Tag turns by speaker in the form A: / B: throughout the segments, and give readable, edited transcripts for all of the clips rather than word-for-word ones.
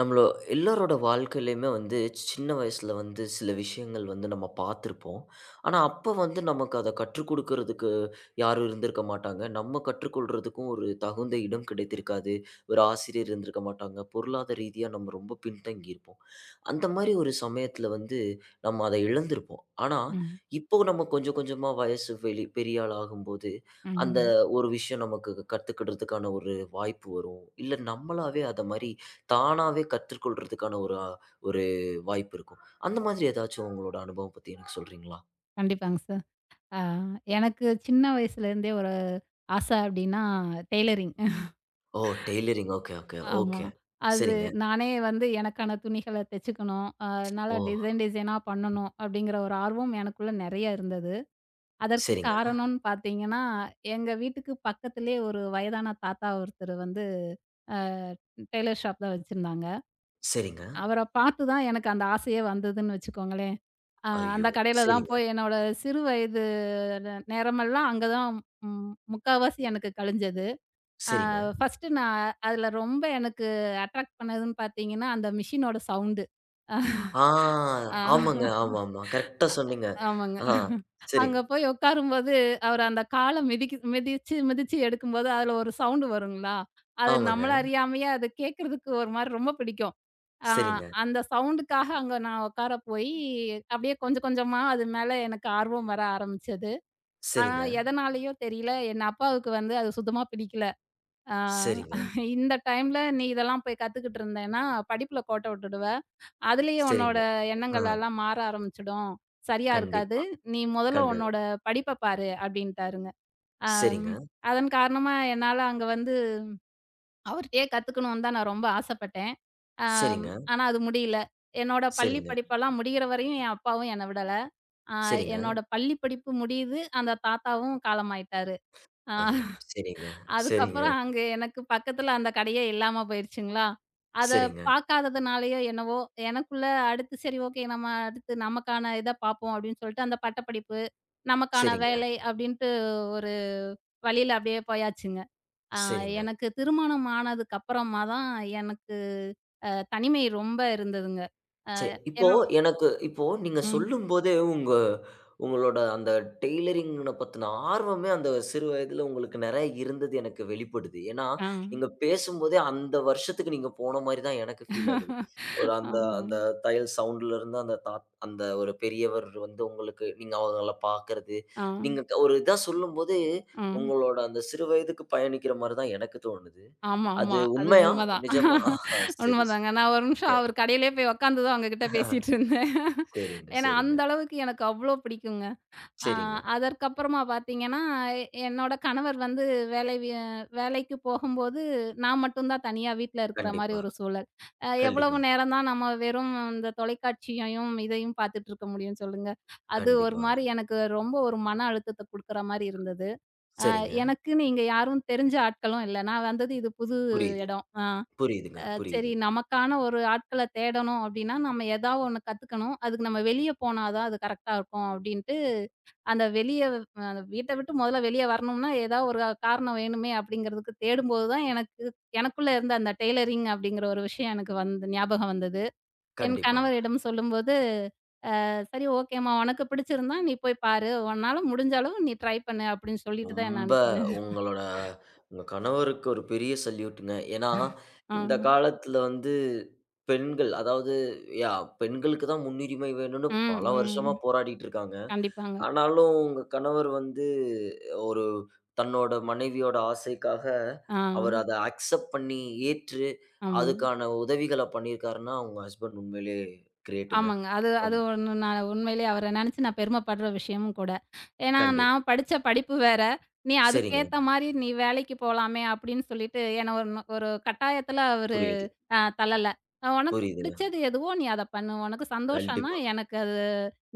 A: நம்மளோ எல்லாரோட வாழ்க்கையிலயுமே வந்து சின்ன வயசுல வந்து சில விஷயங்கள் வந்து நம்ம பார்த்துருப்போம். ஆனா, அப்ப வந்து நமக்கு அத கற்றுக் குடுக்குறதுக்கு யாரும் இருந்திருக்க மாட்டாங்க. நம்ம கற்றுக்கொள்றதுக்கும் ஒரு தகுந்த இடம் கிடைத்திருக்காது. ஒரு ஆசிரியர் இருந்திருக்க மாட்டாங்க. பொருளாதார ரீதியா நம்ம ரொம்ப பின்தங்கி இருப்போம். அந்த மாரி ஒரு சமயத்துல வந்து நம்ம அத இழந்திருப்போம். ஆனா,
B: ம்.
A: இப்போ நம்ம கொஞ்சம் கொஞ்சமா வயசு வெளி பெரிய ஆள் ஆகும்போது, அந்த
B: ம்.
A: ஒரு விஷயம் நமக்கு கத்துக்கிறதுக்கான ஒரு வாய்ப்பு வரும். இல்ல நம்மளாவே அத மாரி தானாவே கற்றுக்கொள்றதுக்கான ஒரு ஒரு வாய்ப்பு இருக்கும். அந்த மாதிரி ஏதாச்சும் உங்களோட அனுபவம் பத்தி எனக்கு சொல்றீங்களா?
B: கண்டிப்பாங்க சார். ஆ எனக்கு சின்ன வயசுலேருந்தே ஒரு ஆசை அப்டின்னா டெய்லரிங்.
A: ஓ! டெய்லரிங். ஓகே, ஓகே,
B: ஆமா.
A: ஓகே.
B: அது
A: சரிங்க.
B: நானே வந்து எனக்கான துணிகள தெச்சுக்கணும். நல்லா
A: ஓ!
B: டிசைன் டிசைனா பண்ணணும் அப்டிங்கிற ஒரு ஆர்வம் எனக்குள்ள நெறைய இருந்தது. அதற்கு
A: சரிங்க,
B: காரணம்னு பார்த்தீங்கன்னா, எங்க வீட்டுக்கு பக்கத்திலேயே ஒரு வயதான தாத்தா ஒருத்தர் வந்து அ டெய்லர் ஷாப் தான் வச்சிருந்தாங்க.
A: சரிங்க.
B: அவர பார்த்து தான் எனக்கு அந்த ஆசையே வந்ததுன்னு வச்சுக்கோங்களேன். ஆ அந்த
A: ஐயோ!
B: கடையில தான்
A: சரிங்க,
B: போய் என்னோட சிறு வயது நேரமெல்லாம் அங்க தான் முக்காவாசி எனக்கு கழிஞ்சது.
A: சரிங்க.
B: ஃபர்ஸ்ட்டு நான் அதுல ரொம்ப எனக்கு அட்ராக்ட் பண்ணதுன்னு பார்த்தீங்கன்னா, அந்த மிஷினோட சவுண்டு.
A: ஆ
B: ஆ
A: ஆமாங்க. ஆமாமா. கரெக்ட்டா சொன்னீங்க.
B: ஆமாங்க.
A: ஆ சரி.
B: அங்க போய் உட்காரும்போது, அவரு அந்த கால மிதிக்கு மிதிச்சு, மிதிச்சு எடுக்கும்போது அதுல ஒரு சவுண்டு வருங்களா? அது நம்மள
A: ஆமாங்க.
B: அறியாமயே அது கேட்கறதுக்கு ஒரு மாரி ரொம்ப பிடிக்கும். ஆ
A: சரிங்க,
B: அந்த சவுண்டுக்காக அங்க நான் உட்கார போயி, அப்படியே கொஞ்சம் கொஞ்சமா அது மேல எனக்கு ஆர்வம் வர ஆரம்பிச்சது. ஆனா
A: சரிங்க,
B: எதனாலயோ தெரியல, என் அப்பாவுக்கு வந்து அது சுத்தமா பிடிக்கல. ஆ
A: சரிங்க,
B: இந்த டைம்ல நீ இதெல்லாம் போய் கத்துக்கிட்டு இருந்தேன்னா, படிப்புல கோட்ட விட்டுடுவ. அதுலயே உன்னோட
A: சரிங்க. ஆ
B: எண்ணங்கள் எல்லாம் மாற ஆரம்பிச்சுடும். சரியா இருக்காது.
A: கண்டிப்பா,
B: நீ முதல்ல
A: கண்டிப்பா.
B: உன்னோட படிப்ப பாரு அப்டின்ட்டாருங்க.
A: சரிங்க,
B: ஆம். அதன் காரணமா என்னால அங்க வந்து அவர்ட்டயே கத்துக்கணும்னு தான் நான் ரொம்ப ஆசைப்பட்டேன். ஆம்.
A: சரிங்க,
B: ஆனா அது முடியல. என்னோட பள்ளி
A: சரிங்க,
B: படிப்பெல்லாம் முடியிற வரையும் என் அப்பாவும் என்ன விடல. ஆ
A: சரிங்க.
B: என்னோட பள்ளி படிப்பு முடியுது. அந்த தாத்தாவும் காலமாயிட்டாரு. ஆ
A: ஐயோ! சரிங்க, சரிங்க,
B: அதுக்கப்புறம் அங்க எனக்கு பக்கத்துல அந்த கடையே இல்லாம போயிருச்சுங்களா. அத
A: சரிங்க,
B: பார்க்காததுனாலயோ என்னவோ, எனக்குள்ள அடுத்து சரி ஓகே நம்ம அடுத்து நமக்கான இத பார்ப்போம் அப்படின்னு சொல்லிட்டு அந்த பட்டப்படிப்பு, நமக்கான
A: சரிங்க,
B: வேலை அப்படின்ட்டு ஒரு வழியில அப்படியே போயாச்சுங்க. ஆ
A: சரிங்க.
B: எனக்கு திருமணம் ஆனதுக்கு அப்புறமா தான் எனக்கு தனிமை ரொம்ப இருந்ததுங்க.
A: சரி. இப்போ
B: என்னோ
A: எனக்கு இப்போ நீங்க
B: ம்.
A: சொல்லும்போதே, உங்களோட அந்த டெய்லரிங்ன பத்தின ஆர்வமே அந்த சிறு வயதில உங்களுக்கு நெறைய இருந்தது எனக்கு வெளிப்படுது. ஏன்னா,
B: ஆ.
A: நீங்க பேசும்போதே அந்த வருஷத்துக்கு நீங்க போன மாரி தான் எனக்கு ஃபீல் ஆகுது. ஒரு அந்த
B: ஆமா.
A: அந்த தையல் சவுண்ட்லருந்து அந்த ஒரு பெரியவர் வந்து உங்களுக்கு நீங்க அவங்கள பார்க்கறது,
B: ஆ.
A: நீங்க க ஒரு இதா சொல்லும்போது,
B: ஆ.
A: உங்களோட அந்த சிறு வயதுக்கு பயணிக்கிற மாரி தான் எனக்கு தோணுது.
B: ஆமா,
A: அது
B: ஆமா. அது
A: உண்மையா?
B: உண்மதான்.
A: நிஜமா? ஆஹா, சரி, சரி.
B: உண்மதாங்க. நான் ஒரு நிமிஷம் அவரு கடையிலேயே போய் உட்காந்து தான் உங்ககிட்ட
A: ஆஹா,
B: பேசிட்டு இருந்தேன்.
A: சரிங்க,
B: ஏன்னா,
A: சரிங்க,
B: அந்த அளவுக்கு எனக்கு அவ்ளோ பிடிக்குங்க. ஆ
A: சரிங்க.
B: அதற்கப்புறமா பார்த்தீங்கன்னா, என்னோட கணவர் வந்து வேலை வி வேலைக்கு போகும்போது, நான் மட்டும் தான் தனியா வீட்ல இருக்கிற மாரி
A: கண்டிப்பா,
B: ஒரு சூழல். எவ்வளவு
A: கண்டிப்பா,
B: நேரம் தான் நம்ம வெறும் இந்த தொலைக்காட்சியையும், இதையும் பார்த்துட்டு இருக்க முடியும் சொல்லுங்க. அது ஒரு
A: கண்டிப்பாங்க.
B: மாரி எனக்கு ரொம்ப ஒரு மன அழுத்தத்த குடுக்குற மாரி இருந்தது. அ
A: சரிங்க.
B: எனக்குன்னு இங்க யாரும் தெரிஞ்ச ஆட்களும் இல்ல. நான் வந்தது இது புது
A: புரியுது,
B: இடம். ஆ
A: புரியுதுங்க,
B: அ சரி
A: புரியுது.
B: நமக்கான ஒரு ஆட்கள தேடணும் அப்டின்னா, நம்ம ஏதா ஒண்ணு கத்துக்கணும். அதுக்கு நம்ம வெளிய போனா தான் அது கரெக்ட்டா இருக்கும் அப்டின்ட்டு, அந்த வெளிய அ வீட்ட விட்டு மொதல்ல வெளிய வரணும்னா, ஏதா ஒரு காரணம் வேணுமே அப்டிங்கிறதுக்கு தேடும்போது தான் எனக்குள்ள இருந்த அந்த டெய்லரிங் அப்டிங்கிற ஒரு விஷயம் எனக்கு வந்து ஞாபகம் வந்தது. என்
A: கண்டிப்பாங்க.
B: கணவரிடம் சொல்லும்போது, "சரி ஓகேம்மா உனக்கு பிடிச்சிருந்தா நீ போய் பாரு. உன்னால முடிஞ்ச அளவு நீ ட்ரை பண்ணு" அப்டின்னு சொல்லிட்டு தான் என்ன
A: ரொம்ப
B: அனுப்பினாரு.
A: உங்களோட உங்க கணவருக்கு ஒரு பெரிய சல்யூட்டுங்க. ஏன்னா,
B: ஆ.
A: இந்த காலத்துல வந்து பெண்கள் அதாவது யா பெண்களுக்கு தான் முன்னுரிமை வேணும்னு
B: ம்,
A: பல வருஷமா
B: ம்.
A: போராடிட்டு இருக்காங்க.
B: கண்டிப்பாங்க.
A: ஆனாலும் உங்க கணவர் வந்து ஒரு தன்னோட மனைவியோட ஆசைக்காக அவர்
B: ஆ,
A: அத அக்செப்ட் பண்ணி ஏற்று
B: ஆமா.
A: அதுக்கான உதவிகள பண்ணியிருக்காருன்னா, உங்க ஹஸ்பண்ட் உண்மையிலேயே கிரேட்டுங்க.
B: ஆமாங்க. அது அது
A: ஆமா.
B: ஒண்ணு நான் உண்மையிலேயே அவர நெனச்சு நான் பெருமைப்படுற விஷயமும் கூட. ஏன்னா,
A: கண்டிப்பா.
B: நான் படிச்ச படிப்பு வேற. நீ
A: சரிங்க.
B: அதுக்கேத்த மாரி நீ வேலைக்கு போலாமே அப்படின்னு சொல்லிட்டு, என்ன ஒரு ஒரு கட்டாயத்துல அவரு
A: புரியுது,
B: தள்ளல. உனக்கு
A: புரியுதுங்க.
B: பிடிச்சது எதுவோ நீ அத பண்ணு. உனக்கு சந்தோஷம்னா
A: கண்டிப்பா,
B: எனக்கு அது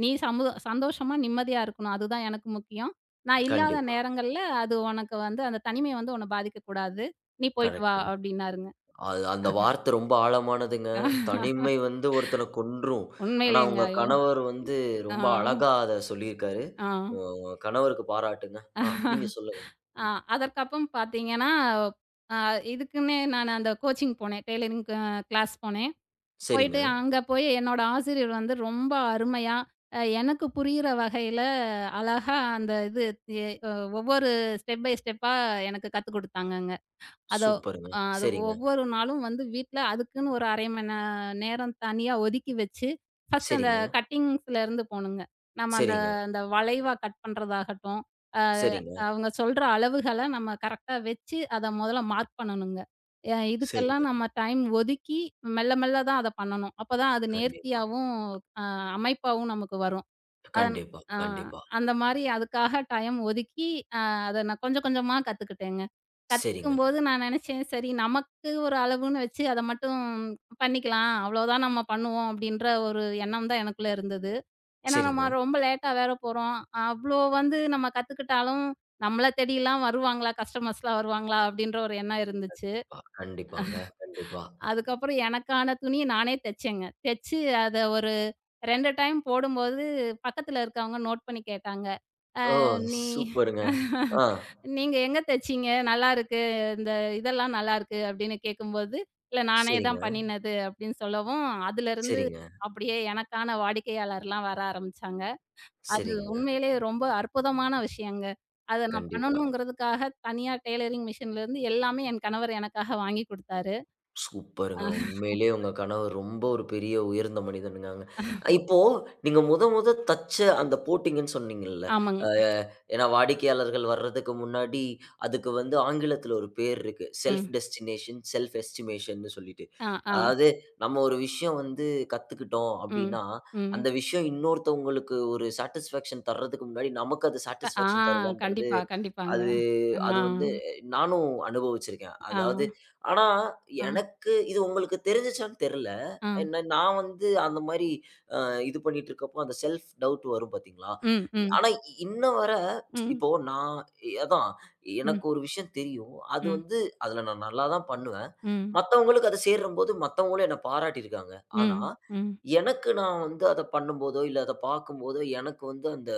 B: நீ சமு சந்தோஷமா, நிம்மதியா இருக்கணும். அதுதான் எனக்கு முக்கியம். நான் இல்லாத
A: கண்டிப்பா.
B: நேரங்கள்ல அது உனக்கு வந்து அந்த தனிமை வந்து உன்ன பாதிக்கக்கூடாது. நீ போயிட்டு வா
A: கரெக்ட்டுங்க.
B: அப்படின்னாருங்க.
A: அது அந்த வார்த்தை ரொம்ப ஆழமானதுங்க. தனிமை வந்து ஒருத்தன கொன்றும். ஆனா,
B: உண்மையிலேங்க.
A: உங்க
B: ஐயோ!
A: கணவர் வந்து
B: ஆ,
A: ரொம்ப அழகா அத சொல்லியிருக்காரு.
B: ஆ.
A: உங்க கணவருக்கு பாராட்டுங்க. நீங்க சொல்லுங்க.
B: ஆ அதற்கப்புறம் பார்த்தீங்கன்னா, அ இதுக்குன்னே நான் அந்த கோச்சிங் போனேன். டெய்லரிங் க கிளாஸ் போனேன்.
A: சரிங்க.
B: போயிட்டு அங்க போய் என்னோட ஆசிரியர் வந்து ரொம்ப அருமையா, எனக்கு புரியிற வகையில அழகா அந்த இது எ ஒவ்வொரு ஸ்டெப் பை ஸ்டெப்பா எனக்கு கத்துக் குடுத்தாங்கங்க. அதோ
A: சூப்பருங்க.
B: அ அது
A: சரிங்க,
B: ஒவ்வொரு நாளும் வந்து வீட்ல அதுக்குன்னு ஒரு 1/2 மணி நேரம் தனியா ஒதுக்கி வச்சு, ஃபர்ஸ்ட் அந்த
A: சரிங்க,
B: கட்டிங்ஸ்லேருந்து போணுங்க. நம்ம அந்த
A: சரிங்க,
B: அந்த வளைவா கட் பண்றதாகட்டும், அ
A: சரிங்க,
B: அவங்க சொல்ற அளவுகள நம்ம கரெக்ட்டா வச்சு, அத முதல்ல மார்க் பண்ணணுங்க.
A: சரிங்க.
B: இதுக்கெல்லாம் நம்ம டைம் ஒதுக்கி மெல்ல மெல்ல தான் அத பண்ணணும். அப்பதான் அது
A: கண்டிப்பா,
B: நேர்த்தியாவும், அ அமைப்பாவும் நமக்கு வரும். அதன்
A: கண்டிப்பா,
B: ஆ
A: கண்டிப்பா.
B: அந்த மாரி அதுக்காக டைம் ஒதுக்கி, அ அத நான் கொஞ்சம் கொஞ்சமா கத்துக்கிட்டேங்க.
A: சரிங்க,
B: கத்துக்கும்போது நான் நெனச்சேன், சரி நமக்கு ஒரு அளவுன்னு வச்சு அத மட்டும் பண்ணிக்கலாம். அவ்வளோதான் நம்ம பண்ணுவோம் அப்படின்ற ஒரு எண்ணம் தான் எனக்குள்ள இருந்தது. ஏன்னா நம்ம
A: சரிங்க.
B: ரொம்ப லேட்டா வேற போறோம். அவ்வளோ வந்து நம்ம கத்துக்கிட்டாலும், நம்மள தேடிலாம் வருவாங்களா? கஸ்டமர்ஸ்லாம் வருவாங்களா? அப்படின்ற ஒரு எண்ணம் இருந்துச்சு.
A: கண்டிப்பாங்க, கண்டிப்பா.
B: அதுக்கப்புறம் எனக்கான துணிய நானே தச்சேங்க. தச்சு அத ஒரு 2 டைம் போடும்போது பக்கத்துல இருக்கவங்க நோட் பண்ணி கேட்டாங்க.
A: ஓ!
B: நீ
A: சூப்பருங்க. ஆ.
B: நீங்க எங்க தச்சீங்க? நல்லாருக்கு. இந்த இதெல்லாம் நல்லாருக்கு அப்படின்னு கேட்கும்போது, இல்ல நானே
A: சரிங்க,
B: தான் பண்ணினது அப்படின்னு சொல்லவும், அதுலருந்து
A: சரிங்க.
B: அப்படியே எனக்கான வாடிக்கையாளர்லாம் வர ஆரம்பிச்சாங்க. அது
A: சரிங்க.
B: உண்மையிலேயே ரொம்ப அற்புதமான விஷயங்க. அத நான்
A: கண்டிப்பா.
B: பண்ணணுங்கிறதுக்காக தனியா டெய்லரிங் மிஷின்லேருந்து எல்லாமே என் கணவர் எனக்காக வாங்கி குடுத்தாரு.
A: சூப்பருங்க. உண்மையிலேயே உங்க கணவர் ரொம்ப ஒரு பெரிய உயர்ந்த மனிதனுங்க. அங்க. இப்போ நீங்க முத முத தச்ச அந்த போட்டீங்கன்னு சொன்னீங்கல்ல.
B: ஆமாங்க.
A: அ ஏன்னா வாடிக்கையாளர்கள் வர்றதுக்கு முன்னாடி அதுக்கு வந்து ஆங்கிலத்தில ஒரு பேர் இருக்கு. செல்ஃப்
B: ம்.
A: டெஸ்டினேஷன், செல்ஃப் எஸ்டிமேஷன்னு சொல்லிட்டு.
B: ஆ, ஆ.
A: அதாவது நம்ம ஒரு விஷயம் வந்து கத்துக்கிட்டோம்
B: ம்.
A: அப்டின்னா,
B: ம்.
A: அந்த விஷயம் இன்னொருத்தவங்களுக்கு ஒரு சாட்டிஸ்ஃபேக்ஷன் தர்றதுக்கு முன்னாடி நமக்கு அது
B: ஆ
A: சாட்டிஸ்ஃபேக்ஷன் தருதான்றது
B: கண்டிப்பா, கண்டிப்பாங்க.
A: அது அது
B: ஆ,
A: வந்து நானும் அனுபவிச்சிருக்கேன்.
B: ஆ,
A: அதாவது ஆனா
B: ஆ,
A: எனக்கு இது உங்களுக்கு தெரிஞ்சுச்சான்னு தெரியல.
B: ஆ.
A: என்ன நான் வந்து அந்த மாரி இது பண்ணிட்டு இருக்கப்போ அந்த செல்ஃப் டவுட் வரும் பார்த்தீங்களா?
B: ம், ம்,
A: ஆனா இன்ன வர
B: ம்,
A: இப்போ நான் அதான்
B: ம்.
A: எனக்கு ஒரு விஷயம் தெரியும். அது
B: ம்.
A: வந்து அதில நான் நல்லா தான் பண்ணுவேன்.
B: ம்.
A: மத்தவங்களுக்கு அது சேரும்போது மத்தவங்களும் என்ன பாராட்டியிருக்காங்க. ஆனா,
B: ம். ம்.
A: எனக்கு நான் வந்து அத பண்ணும்போதோ, இல்ல அத பார்க்கும்போதோ, எனக்கு வந்து அந்த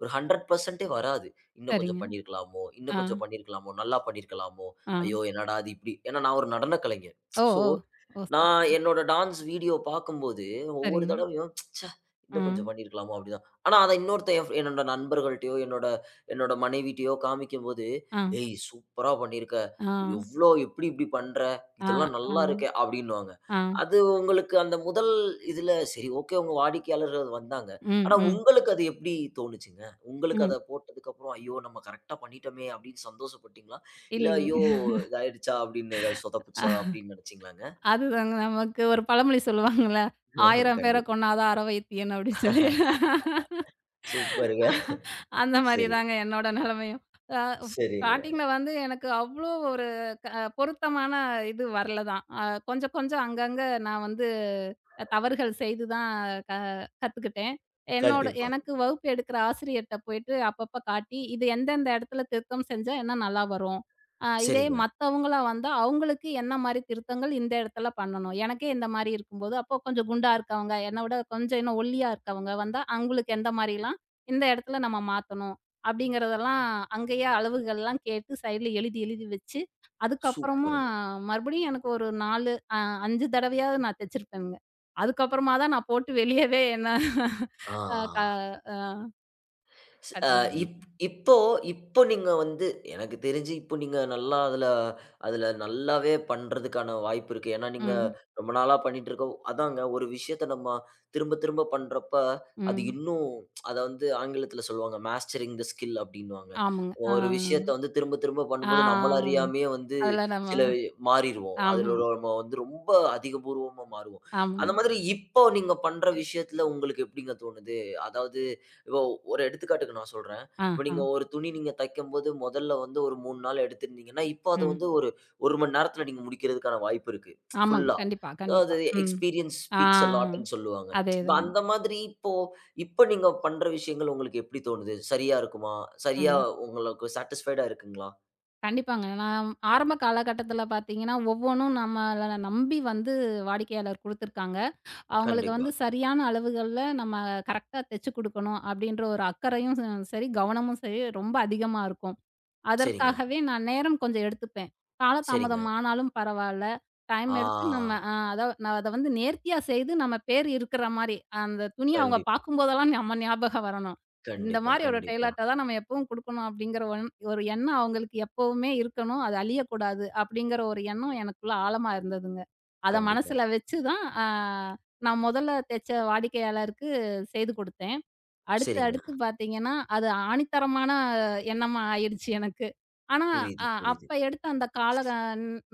A: ஒரு 100% வராது. இன்னும் கொஞ்சம்
B: சரிங்க.
A: பண்ணியிருக்கலாமோ, இன்னும்
B: ஆ.
A: கொஞ்சம் பண்ணியிருக்கலாமோ, நல்லா பண்ணியிருக்கலாமோ,
B: ஆ.
A: ஐயோ! என்னடா இது இப்படி ஏன்னா நான் ஒரு நடன கலைஞர்.
B: ஓ!
A: ஸோ,
B: ஓ! ஓ!
A: நான் என்னோட டான்ஸ் வீடியோ பார்க்கும்போது, ஒவ்வொரு
B: சரிங்க.
A: தடவையும் ச்சே!
B: ஆ.
A: இன்னும் கொஞ்சம் பண்ணியிருக்கலாமோ அப்படிதான். ஆனா அத இன்னொருத்தன் என்னோட நண்பர்கள்ட்டயோ, என்னோட என்னோட மனைவிட்டயோ காமிக்கும்போது,
B: ஆ.
A: "ஏய்! சூப்பரா பண்ணியிருக்க.
B: ஆ.
A: எவ்ளோ எப்படி இப்படி பண்ற?"
B: ஆ.
A: இதெல்லாம்
B: ஆ.
A: நல்லா இருக்கே! அப்படின்னுவாங்க.
B: ஆ.
A: அது உங்களுக்கு அந்த முதல் இதுல சரி ஓகே உங்க வாடிக்கையாளர்கள் வந்தாங்க.
B: ம்.
A: ஆனா
B: ம்.
A: உங்களுக்கு அது எப்படி தோணுச்சுங்க? உங்களுக்கு அத
B: ம்.
A: போட்டதுக்கு அப்புறம், ஐயோ! நம்ம கரெக்ட்டா பண்ணிட்டோமே அப்படின்னு சந்தோஷப்பட்டீங்களா? இல்ல ஐயோ!
B: இல்லைங்க.
A: இதாயிடுச்சா அப்படின்னு ஏதாவது சொதப்புச்சா அப்படின்னு நினைச்சீங்களாங்க?
B: அதுதாங்க நமக்கு ஒரு பழமொழி சொல்லுவாங்கல்ல, "1000 பேர
A: கண்டிப்பா.
B: கொன்னாதான் அரை வைத்தியன்" அப்படின்னு சொல்லி.
A: சூப்பருங்க.
B: அந்த மாரி
A: சரி.
B: தாங்க என்னோட நிலைமையும். அ
A: சரிங்க.
B: ஸ்டார்ட்டிங்ல வந்து எனக்கு அவ்ளோ ஒரு க பொருத்தமான இது வரல தான். கொஞ்சம் கொஞ்சம் அங்கங்க நான் வந்து தவறுகள் செய்து தான் க கத்துக்கிட்டேன்.
A: கண்டிப்பா.
B: எனக்கு வகுப்பு எடுக்கிற ஆசிரியர்ட்ட போயிட்டு அப்பப்ப காட்டி, இது எந்தெந்த இடத்துல திருத்தம் செஞ்சா என்ன நல்லா வரும். இதே
A: சரிங்க.
B: மத்தவங்களா வந்தா அவங்களுக்கு என்ன மாரி திருத்தங்கள் இந்த இடத்துல பண்ணணும். எனக்கே இந்த மாரி இருக்கும்போது, அப்போ கொஞ்சம் குண்டா இருக்கவங்க, என்ன விட கொஞ்சம் இன்னும் ஒல்லியா இருக்கவங்க வந்தா அவங்களுக்கு எந்த மாரிலாம் இந்த இடத்துல நம்ம மாத்தணும். அப்படிங்கிறதெல்லாம் அங்கேயே அளவுகள்லாம் கேட்டு சைடுல எழுதி, எழுதி வச்சு, அதுக்கப்புறமா
A: சூப்பருங்க.
B: மறுபடியும் எனக்கு ஒரு 4 அ 5 தடவையாவது நான் தச்சிருப்பேங்க. அதுக்கப்புறமா தான் நான் போட்டு வெளியவே என்ன
A: ஆ.
B: அ க
A: ஆ.
B: அ
A: ஸ் அ இப்
B: காட்டினதுங்க.
A: இப்போ இப்போ நீங்க வந்து எனக்கு தெரிஞ்சு இப்போ நீங்க நல்லா அதுல அதுல நல்லாவே பண்றதுக்கான வாய்ப்பு இருக்கு. ஏன்னா, நீங்க
B: ம்,
A: ரொம்ப நாளா பண்ணிட்டு இருக்க அதாங்க ஒரு விஷயத்த நம்ம திரும்ப திரும்ப பண்றப்ப, அது
B: ம்.
A: இன்னும் அத வந்து ஆங்கிலத்துல சொல்லுவாங்க. மாஸ்டரிங் த ஸ்கில் அப்படின்னுவாங்க.
B: ஆமாங்க. ஆ,
A: ஒரு விஷயத்த வந்து திரும்ப திரும்ப
B: ஆ.
A: பண்ணும்போது நம்மள அறியாமயே வந்து
B: அதுல நம்ம
A: சில மாறிருவோம். அதுல
B: ஆமாங்க,
A: ஒரு- நம்ம வந்து ரொம்ப அதிகபூர்வமா மாறுவோம்.
B: ஆமாங்க.
A: அந்த மாதிரி இப்போ நீங்க பண்ற விஷயத்துல உங்களுக்கு எப்படிங்க தோணுது? அதாவது ஒரு எடுத்துக்காட்டுக்கு நான் சொல்றேன். இப்ப
B: ஆஹா.
A: நீங்க ஒரு துணி நீங்க தைக்கும்போது முதல்ல வந்து ஒரு 3 நாள் எடுத்திருந்தீங்கன்னா, இப்போ அது
B: ம்.
A: வந்து ஒரு 1 மணி நேரத்துல நீங்க முடிக்கிறதுக்கான வாய்ப்பு இருக்கு.
B: ஆமாங்க.
A: ஃபுல்லா.
B: கண்டிப்பா,
A: அதாவது
B: கண்டிப்பா. ம்.
A: எக்ஸ்பீரியன்ஸ்
B: ஆ.
A: ஸ்பீக்ஸ் எ லாட்ன்னு சொல்லுவாங்க. இப்ப
B: அதேதாங்க.
A: அந்த மாதிரி இப்போ இப்ப நீங்க பண்ற விஷயங்கள் உங்களுக்கு எப்படி தோணுது? சரியா இருக்குமா?
B: அ.
A: சரியா உங்களுக்கு சாட்டிஸ்ஃபைடா இருக்குங்களா?
B: கண்டிப்பாங்க. நான் ஆரம்ப காலகட்டத்தில பார்த்தீங்கன்னா, ஒவ்வொன்னும் நம்மள நம்பி வந்து வாடிக்கையாளர் குடுத்துருக்காங்க. அவங்களுக்கு
A: கண்டிப்பா.
B: வந்து சரியான அளவுகள்ல நம்ம கரெக்ட்டா தச்சு குடுக்கணும், அப்படின்ற ஒரு அக்கறையும் சரி, கவனமும் சரி ரொம்ப அதிகமா இருக்கும்.
A: சரிங்க,
B: அதற்காகவே நான் நேரம் கொஞ்சம் எடுத்துப்பேன்.
A: சரிங்க.
B: காலதாமதம் ஆனாலும் பரவால்ல. டைம்
A: ஆ
B: எடுத்து நம்ம அ அத நான் அத வந்து நேர்த்தியா செய்து நம்ம பேர் இருக்கிற மாரி, அந்த துணிய அவங்க
A: கண்டிப்பா,
B: பார்க்கும்போதெல்லாம் நம்ம ஞாபகம் வரணும். இந்த
A: கண்டிப்பா,
B: மாரி ஒரு
A: கண்டிப்பா,
B: டெய்லர்ட்ட தான் நம்ம எப்பவும் குடுக்கணும் அப்படிங்கிற ஒரு எண்ணம் அவங்களுக்கு எப்பவுமே இருக்கணும். அது அழியக்கூடாது அப்படிங்கிற ஒரு எண்ணம் எனக்குள்ள ஆழமா இருந்ததுங்க. அத
A: கண்டிப்பா.
B: மனசுல வச்சு தான் நான் முதல்ல தச்ச வாடிக்கையாளருக்கு செய்து குடுத்தேன். அடுத்து,
A: சரிங்க.
B: அடுத்து பார்த்தீங்கன்னா, அது ஆணித்தரமான எண்ணமா ஆயிடுச்சு எனக்கு. ஆனா,
A: புரியுது, புரியுது.
B: அப்ப எடுத்த அந்த கால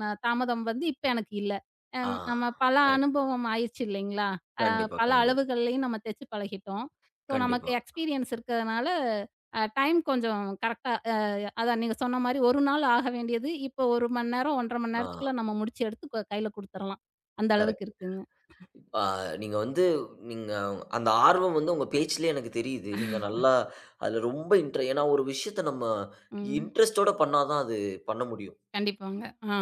B: தாமதம் வந்து இப்ப எனக்கு இல்ல. அ
A: ஆ
B: நம்ம பல
A: கரெக்ட்.
B: அனுபவம் ஆயிருச்சு இல்லைங்களா? அ
A: கண்டிப்பா,
B: பல
A: கண்டிப்
B: அளவுகள்லயும் நம்ம தச்சு பழகிட்டோம். ஸோ, நமக்கு
A: கண்டிப்பா.
B: எக்ஸ்பீரியன்ஸ் இருக்கிறதுனால, டைம் கொஞ்சம் கரெக்ட்டா அதான் நீங்க சொன்ன மாரி 1 நாள் ஆக வேண்டியது, இப்போ 1 மணி நேரம், 1 1/2 மணி
A: ஆ.
B: நேரத்துக்குள்ள நம்ம முடிச்சு எடுத்து கையில குடுத்துறலாம். அந்த அளவுக்கு
A: கரெக்ட்.
B: இருக்குங்க.
A: ஆ நீங்க வந்து நீங்க அந்த ஆர்வம் வந்து உங்க பேச்சிலயே எனக்கு தெரியுது. நீங்க நல்லா அதுல ரொம்ப ஏன்னா ஒரு விஷயத்த நம்ம
B: ம்.
A: இன்ட்ரெஸ்ட்டோட பண்ணா தான் அது பண்ண முடியும்.
B: கண்டிப்பாங்க. ஆ.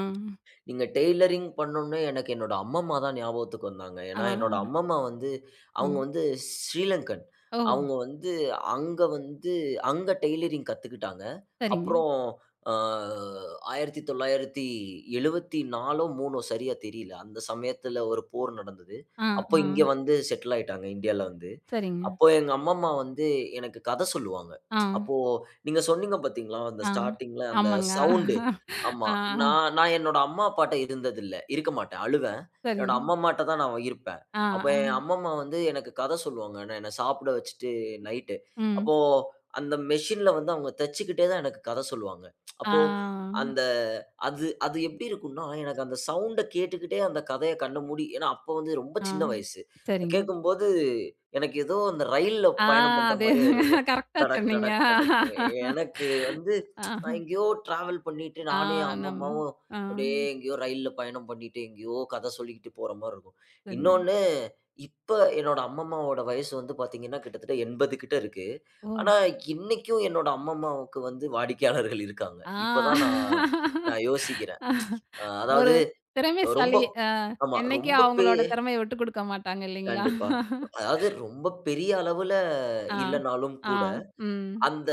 A: நீங்க டெய்லரிங் பண்ணோன்னே எனக்கு என்னோட அம்மம்மா தான் ஞாபகத்துக்கு வந்தாங்க.
B: ஆ.
A: ஏன்னா, என்னோட அம்மம்மா வந்து அவங்க
B: ம்.
A: வந்து ஸ்ரீலங்கன்.
B: ஓ!
A: அவங்க வந்து அங்க வந்து அங்க டெய்லரிங் கத்துக்கிட்டாங்க.
B: சரிங்க.
A: அப்புறம் அ 1974ஓ 3ஓ சரியா தெரியல. அந்த சமயத்துல ஒரு போர் நடந்தது.
B: ஆ,
A: அப்போ
B: ஆ.
A: இங்க வந்து செட்டில் ஆயிட்டாங்க இந்தியால வந்து.
B: சரிங்க.
A: அப்போ எங்க அம்மம்மா வந்து எனக்கு கத சொல்லுவாங்க.
B: ஆ,
A: அப்போ நீங்க சொன்னீங்க பார்த்தீங்களா, அந்த
B: ஆ.
A: ஸ்டார்ட்டிங்ல அந்த
B: ஆமாங்க.
A: சவுண்ட் ஆமா.
B: ஆ,
A: நான் நான் என்னோட அம்மா, அப்பாட்ட இருந்ததில்ல. இருக்க மாட்டேன். அழுவேன். என்னோட
B: சரிங்க.
A: அம்மம்மாட்ட தான் நான் இருப்பேன்.
B: ஆ,
A: அப்ப என்
B: ஆ.
A: அம்மம்மா வந்து எனக்கு கதை சொல்லுவாங்க. நான் என்ன சாப்பிட வச்சுட்டு நைட்டு.
B: ம்.
A: அப்போ அந்த மெஷின்ல வந்து அவங்க தச்சுக்கிட்டே தான் எனக்கு கதை சொல்லுவாங்க. அப்போ
B: ஆ,
A: அந்த அது அது எப்படி இருக்கும்னா, எனக்கு அந்த சவுண்ட கேட்டுக்கிட்டே அந்த கதைய கண்ண மூடி ஏன்னா அப்ப வந்து ரொம்ப
B: ஆ.
A: சின்ன வயசு.
B: சரிங்க.
A: கேட்கும்போது எனக்கு ஏதோ அந்த ரயில்ல
B: ஆ
A: பயணம் பண்ற மாரியே
B: அதேதாங்க.
A: இருக்கும்.
B: கரெக்ட்டா
A: டடக்,
B: சொன்னீங்க.
A: டடக், டடக். எனக்கு வந்து
B: ஆஹா.
A: நான் எங்கேயோ டிராவல் பண்ணிட்டு
B: ஆ
A: நானும் என்
B: நம்ம
A: அம்மம்மாவும்
B: ஆ
A: அப்படியே எங்கேயோ ரயில்ல பயணம் பண்ணிட்டு எங்கேயோ கதை சொல்லிக்கிட்டு போற மாரி இருக்கும்.
B: சரிங்க.
A: இன்னொன்னு இப்ப என்னோட அம்மம்மாவோட வயசு வந்து பார்த்தீங்கன்னா, கிட்டத்தட்ட 80 கிட்ட இருக்கு.
B: ஓ!
A: ஆனா இன்னைக்கும் என்னோட அம்மம்மாவுக்கு வந்து வாடிக்கையாளர்கள் இருக்காங்க. இப்ப
B: ஆ.
A: தான் நான் நான் யோசிக்கிறேன்.
B: ஒரு
A: அதாவது ரொம்ப
B: திறமைசாலி
A: ஆமா
B: என்னைக்கும்
A: ரொம்ப பெ
B: அவங்களோட திறமைய விட்டு குடுக்க மாட்டாங்க இல்லைங்களா?
A: கண்டிப்பா. அதாவது ரொம்ப பெரிய அளவுல
B: ஆ,
A: இல்லனாலும்
B: ஆ.
A: கூட,
B: ம்,
A: அந்த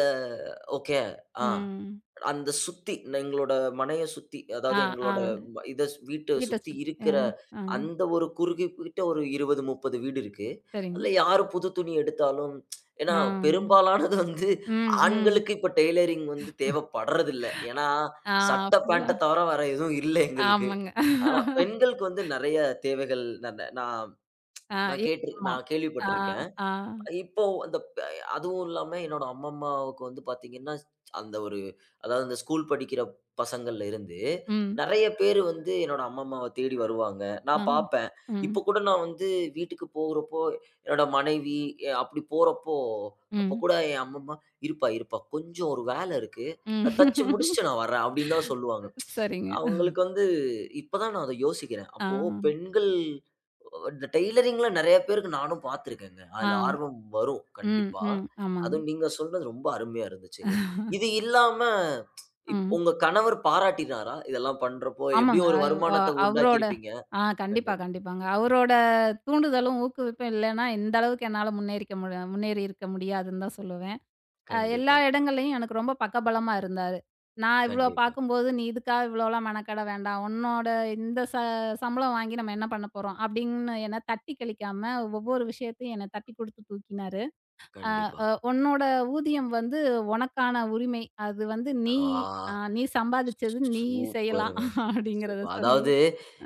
A: ஓகே. ஆ.
B: ம்.
A: எங்களோட மனைய சுத்தி, அதாவது
B: ஆ, ஆ.
A: எங்களோட வ இத வீட்ட
B: வீட்ட
A: சுத்தி
B: சுத்தி. அ,
A: இருக்கிற
B: ஆ.
A: அந்த ஒரு குறுகிப்பிட்ட ஒரு 20, 30 வீடு இருக்கு.
B: சரிங்க.
A: அதுல யாரு புது துணி எடுத்தாலும் ஏன்னா
B: ஆ.
A: பெரும்பாலானது வந்து
B: ம், ம்.
A: ஆண்களுக்கு இப்ப டெய்லரிங் வந்து தேவைப்படுறதில்ல. ஏன்னா
B: ஆ
A: சட்ட,
B: ஃபுல்லா
A: பேண்ட்ட தவிர வேற எதுவும் இல்ல எங்களுக்கு.
B: ஆமாங்க.
A: ஆனா பெண்களுக்கு வந்து நெறைய தேவைகள் ந ந நான்
B: ஆ
A: நான்
B: இ
A: கேட்டு
B: ஆமா.
A: நான்
B: ஆ,
A: கேள்விப்பட்டிருக்கேன்.
B: ஆ.
A: இப்போ அந்த ப அதுவும் இல்லாம என்னோட அம்மம்மாவுக்கு வந்து பார்த்தீங்கன்னா, அந்த ஒரு அதாவது இந்த ஸ்கூல் படிக்கிற பசங்கள்ல இருந்து,
B: ம்,
A: நெறைய பேரு வந்து என்னோட அம்மம்மாவ தேடி வருவாங்க.
B: ஆ.
A: நான் பார்ப்பேன்.
B: ம்,
A: இப்போ கூட நான் வந்து வீட்டுக்கு போகுறப்போ, என்னோட மனைவி அப்படி போறப்போ, அப்போ
B: ம்,
A: கூட என் அம்மம்மா, "இருப்பா, இருப்பா கொஞ்சம் ஒரு வேல இருக்கு.
B: ம்.
A: அத தச்சு முடிச்சுட்டு நான் வரேன்." அப்படின்னு தான் சொல்லுவாங்க.
B: சரிங்க.
A: அவங்களுக்கு வந்து இப்ப தான் நான் அத யோசிக்கிறேன்.
B: ஆ,
A: அப்போ பெண்கள் இந்த டெய்லரிங்ல நெறைய பேருக்கு நானும் பார்த்துருக்கேங்க.
B: ஆ.
A: அதுல ஆர்வம் வரும்
B: ம்,
A: கண்டிப்பா.
B: ம். ஆமாங்க.
A: அதுவும் நீங்க சொன்னது ரொம்ப அருமையா இருந்துச்சுங்க. இது இல்லாம
B: ம்.
A: உங்க கணவர் பாராட்டினாரா? இதெல்லாம் பண்றப்போ
B: ஆமாங்க.
A: எப்படியும் ஒரு
B: அயோ அ
A: வருமானத்த
B: அவரோட
A: உண்டாக்கியிருப்பீங்க.
B: ஆ கண்டிப்பா,
A: கண்டி
B: கண்டிப்பாங்க. அவரோட தூண்டுதலும், ஊக்குவிப்பும் இல்லன்னா, இந்த அளவுக்கு என்னால முன்னேறிக்க முன்னேறி இருக்க முடியாதுன்னு தான் சொல்லுவேன். எல்லா
A: கண்டிப்பா,
B: இடங்கள்லயும் எனக்கு ரொம்ப பக்கபலமா இருந்தாரு. நான் இவ்ளோ
A: கண்டிப்பா,
B: பார்க்கும்போது, "நீ இதுக்கா இவ்ளோலாம் மெனக்கெட வேண்டாம். உன்னோட இந்த சம்பளம் வாங்கி நம்ம என்ன பண்ண போறோம்?" அப்படின்னு என்ன தட்டி கழிக்காம ஒவ்வொரு விஷயத்தையும் என்ன தட்டி குடுத்து தூக்கினாரு. அ
A: கண்டிப்பா.
B: அ "உன்னோட ஊதியம் வந்து உனக்கான உரிமை. அது வந்து நீ
A: ஆ.
B: நீ சம்பாதிச்சது நீ செய்யலாம்."
A: சூப்பருங்க.
B: அப்படிங்கிறத
A: சூப்பர்.
B: சொல்லி
A: அதாவது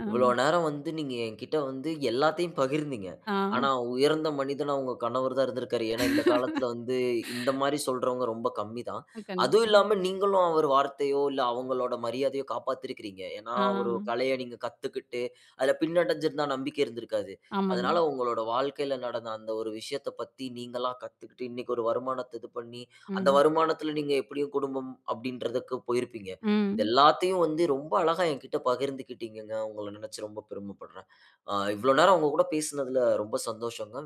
B: அ
A: இவ்வளோ நேரம் வந்து நீங்க என்கிட்ட வந்து எல்லாத்தையும் பகிர்ந்தீங்க.
B: ஆ
A: ஆனா, உயர்ந்த மனிதனா உங்க கணவர் தான் இருந்திருக்காரு. ஏன்னா, இந்த காலத்துல வந்து இந்த மாரி சொல்றவங்க ரொம்ப கம்மி தான். அதுவும்
B: கண்டிப்பா.
A: இல்லாம நீங்களும் அவர் வார்த்தையோ, இல்ல அவங்களோட மரியாதையோ காப்பாத்திருக்கிறீங்க. ஏன்னா,
B: ஆ
A: ஒரு கலைய நீங்க கத்துக்கிட்டு, அதுல பின்னடைஞ்சிருந்தா நம்பிக்கை இருந்திருக்காது.
B: ஆமாங்க.
A: அதனால உங்களோட வாழ்க்கையில நடந்த அந்த ஒரு விஷயத்த பத்தி நீங்களா கத்துக்கிட்டு, இன்னைக்கு ஒரு வருமானத்த இது பண்ணி, அந்த
B: ம்.
A: வருமானத்துல நீங்க எப்படியும் குடும்பம் அப்படின்றதுக்கு போயிருப்பீங்க. இது
B: ம்.
A: எல்லாத்தையும் வந்து ரொம்ப அழகா என்கிட்ட பகிர்ந்துக்கிட்டீங்கங்க. உங்கள நினைச்சு ரொம்ப பெருமைப்படுறேன். இவ்ளோ நேரம் உங்க கூட பேசினதுல ரொம்ப சந்தோஷங்க.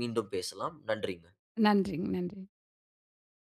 A: மீண்டும் பேசலாம். நன்றிங்க.
B: நன்றிங்க, நன்றி.